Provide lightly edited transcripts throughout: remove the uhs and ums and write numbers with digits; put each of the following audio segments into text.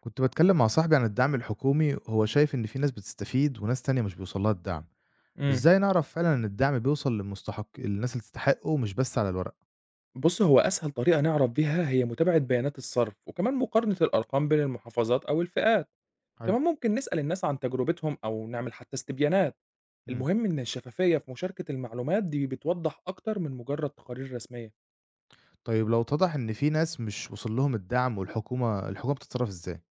كنت بتكلم مع صاحبي عن الدعم الحكومي وهو شايف إن في ناس بتستفيد وناس تانية مش بيوصل لها الدعم. إمم. إزاي نعرف فعلا إن الدعم بيوصل للمستحق الناس اللي تستحقه مش بس على الورق؟ بُص، هو أسهل طريقة نعرف بيها هي متابعة بيانات الصرف، وكمان مقارنة الأرقام بين المحافظات أو الفئات. حلو. كمان ممكن نسأل الناس عن تجربتهم أو نعمل حتى استبيانات. مم. المهم إن الشفافية في مشاركة المعلومات دي بتوضح أكتر من مجرد تقارير رسمية. طيب لو اتضح إن في ناس مش وصل لهم الدعم والحكومة بتتصرف إزاي؟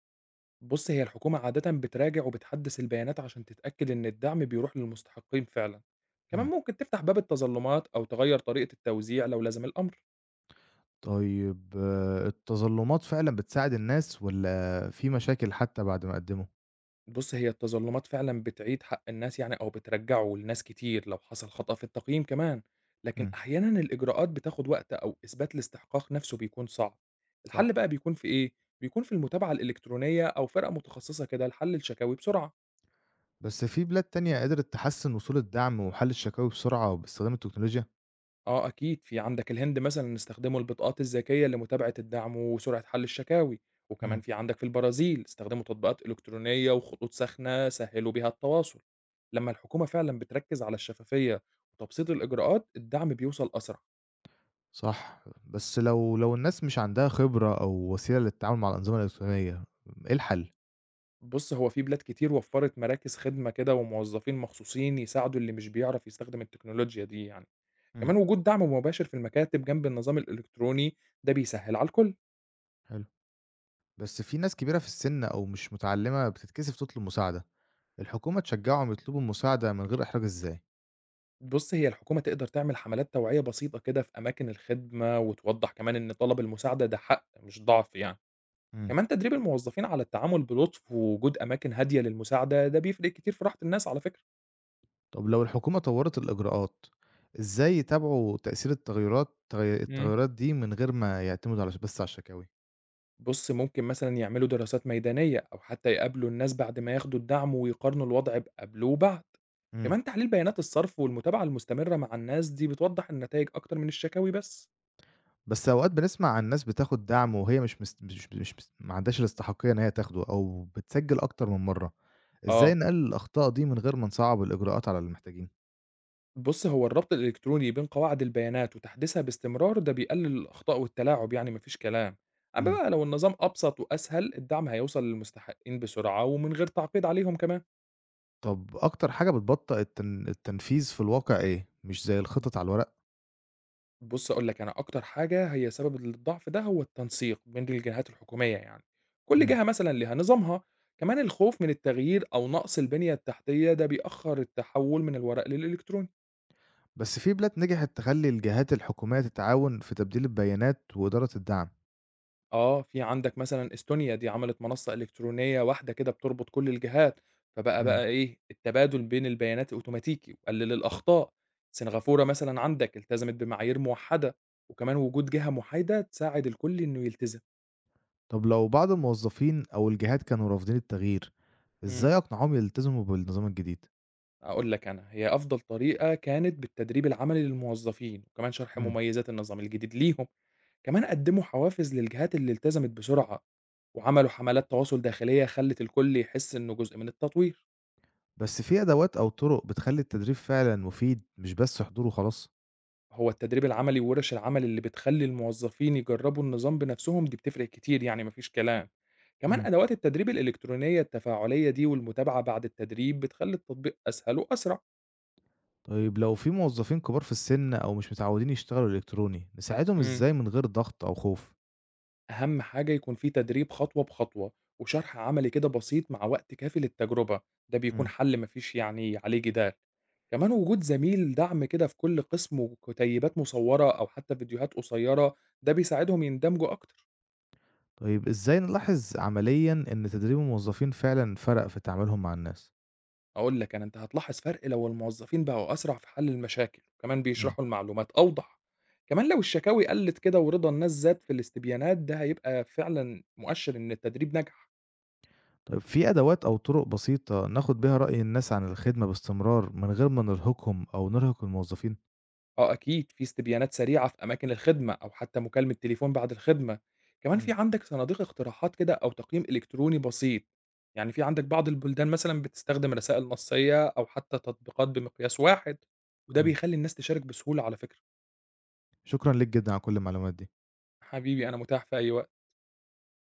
بُص، هي الحكومة عادةً بتراجع وبتحدث البيانات عشان تتأكد إن الدعم بيروح للمستحقين فعلًا. كمان مم. ممكن تفتح باب التظلمات أو تغير طريقة التوزيع لو لزم الأمر. طيب آه، التظلمات فعلا بتساعد الناس ولا في مشاكل حتى بعد ما قدموا؟ بُص، هي التظلمات فعلًا بتعيد حق الناس يعني أو بترجّعه لناس كتير لو حصل خطأ في التقييم كمان، لكن مم. أحيانًا الإجراءات بتاخد وقت أو إثبات الاستحقاق نفسه بيكون صعب، صح. الحل بقى بيكون في إيه؟ بيكون في المتابعة الإلكترونية أو فرقة متخصصة كده لحل الشكاوي بسرعة. بس في بلاد تانية قدرت تحسن وصول الدعم وحل الشكاوي بسرعة باستخدام التكنولوجيا؟ آه أكيد في عندك الهند مثلًا استخدموا البطاقات الذكية لمتابعة الدعم وسرعة حل الشكاوي، وكمان مم. في عندك في البرازيل استخدموا تطبيقات إلكترونية وخطوط ساخنة سهّلوا بيها التواصل، لمّا الحكومة فعلًا بتركّز على الشفافية وتبسيط الإجراءات الدعم بيوصل أسرع، صح، بس لو الناس مش عندها خبرة أو وسيلة للتعامل مع الأنظمة الإلكترونية، إيه الحل؟ بُص هو في بلاد كتير وفّرت مراكز خدمة كده وموظفين مخصوصين يساعدوا اللي مش بيعرف يستخدم التكنولوجيا دي يعني، إمم. كمان وجود دعم مباشر في المكاتب جنب النظام الإلكتروني ده بيسهّل على الكل. حلو. بس في ناس كبيرة في السن أو مش متعلمة بتتكسف تطلب مساعدة، الحكومة تشجعهم يطلبوا المساعدة من غير إحراج إزاي؟ بُص، هي الحكومة تقدر تعمل حملات توعية بسيطة كده في أماكن الخدمة، وتوضح كمان إن طلب المساعدة ده حق مش ضعف يعني، إمم. كمان تدريب الموظفين على التعامل بلطف، ووجود أماكن هادية للمساعدة ده بيفرق كتير في راحة الناس على فكرة. طب لو الحكومة طورت الإجراءات، إزاي يتابعوا تأثير التغيرات تغي إمم. التغيرات دي من غير ما يعتمدوا بس على الشكاوي؟ بُص، ممكن مثلًا يعملوا دراسات ميدانية، أو حتى يقابلوا الناس بعد ما ياخدوا الدعم ويقارنوا الوضع بقبله وبعد، إمم. كمان تحليل بيانات الصرف والمتابعة المستمرة مع الناس دي بتوضح النتايج أكتر من الشكاوي بس. بس أوقات بنسمع عن ناس بتاخد دعم وهي مش مست مش مش مست ما عندهاش الاستحقية إن هي تاخده أو بتسجّل أكتر من مرّة، إزاي آه. نقلل الأخطاء دي من غير ما نصعّب الإجراءات على المحتاجين؟ بُص، هو الربط الإلكتروني بين قواعد البيانات وتحديثها باستمرار ده بيقلل الأخطاء والتلاعب يعني ما فيش كلام، أمّا إمم. بقى لو النظام أبسط وأسهل الدعم هيوصل للمستحقين بسرعة ومن غير تعقيد عليهم كمان. طب أكتر حاجة بتبطّئ التنفيذ في الواقع إيه؟ مش زي ب الخطط على الورق؟ بُص أقول لك أنا أكتر حاجة هي سبب الضعف ده هو التنسيق بين الجهات الحكومية يعني، كل إمم. جهة مثلًا ليها نظامها، كمان الخوف من التغيير أو نقص البنية التحتية ده بيأخر التحول من الورق للإلكتروني. بس في بلاد نجحت تخلّي الجهات الحكومية تتعاون في تبديل البيانات وإدارة الدعم. آه، في عندك مثلًا إستونيا دي عملت منصة إلكترونية واحدة كده بتربط كل الجهات، فبقى إمم. بقى إيه، التبادل بين البيانات أوتوماتيكي وقلل الأخطاء، سنغافورة مثلًا عندك التزمت بمعايير موحدة، وكمان وجود جهة محايدة تساعد الكل إنه يلتزم. طب لو بعض الموظفين أو الجهات كانوا رافضين التغيير، إمم. إزاي أقنعهم يلتزموا بالنظام الجديد؟ أقول لك أنا، هي أفضل طريقة كانت بالتدريب العملي للموظفين، وكمان شرح إمم. مميزات النظام الجديد ليهم، كمان قدموا حوافز للجهات اللي التزمت بسرعة، وعملوا حملات تواصل داخلية خلت الكل يحس إنه جزء من التطوير. بس في أدوات أو طُرق بتخلّي التدريب فعلًا مفيد، مش بس حضور وخلاص؟ هو التدريب العملي وورش العمل اللي بتخلي الموظفين يجربوا النظام بنفسهم دي بتفرق كتير يعني مفيش كلام. كمان إمم. أدوات التدريب الإلكترونية التفاعلية دي والمتابعة بعد التدريب بتخلي التطبيق أسهل وأسرع. طيب لو في موظفين كبار في السِن أو مش متعودين يشتغلوا إلكتروني، نساعدهم امم إزاي من غير ضغط أو خوف؟ أهم حاجة يكون في تدريب خطوة بخطوة وشرح عملي كده بسيط مع وقت كافي للتجربة، ده بيكون إمم. حل مفيش يعني عليه جدال. كمان وجود زميل دعم كده في كل قسم وكتيبات مصورة أو حتى فيديوهات قصيرة، ده بيساعدهم يندمجوا أكتر. طيب إزاي نلاحظ عمليًا إن تدريب الموظفين فعلًا فرق في تعاملهم مع الناس؟ هاقول لك أنا، أنت هتلاحظ فرق لو الموظفين بقوا أسرع في حل المشاكل، وكمان إمم. بيشرحوا المعلومات أوضح، كمان لو الشكاوي قلت كده ورضا الناس زاد في الاستبيانات ده هيبقى فعلًا مؤشر إن التدريب نجح، طيب في أدوات أو طُرق بسيطة ناخد بيها رأي الناس عن الخدمة باستمرار من غير ما نرهقهم أو نرهق الموظفين؟ آه أكيد في استبيانات سريعة في أماكن الخدمة أو حتى مكالمة تليفون بعد الخدمة، كمان في إمم، عندك صناديق اقتراحات كده أو تقييم إلكتروني بسيط، يعني في عندك بعض البلدان مثلًا بتستخدم رسائل نصية أو حتى تطبيقات بمقياس واحد، وده إمم. بيخلي الناس تشارك بسهولة على فكرة. شكرًا ليك جدًا على كل المعلومات دي. حبيبي أنا متاح في أي وقت.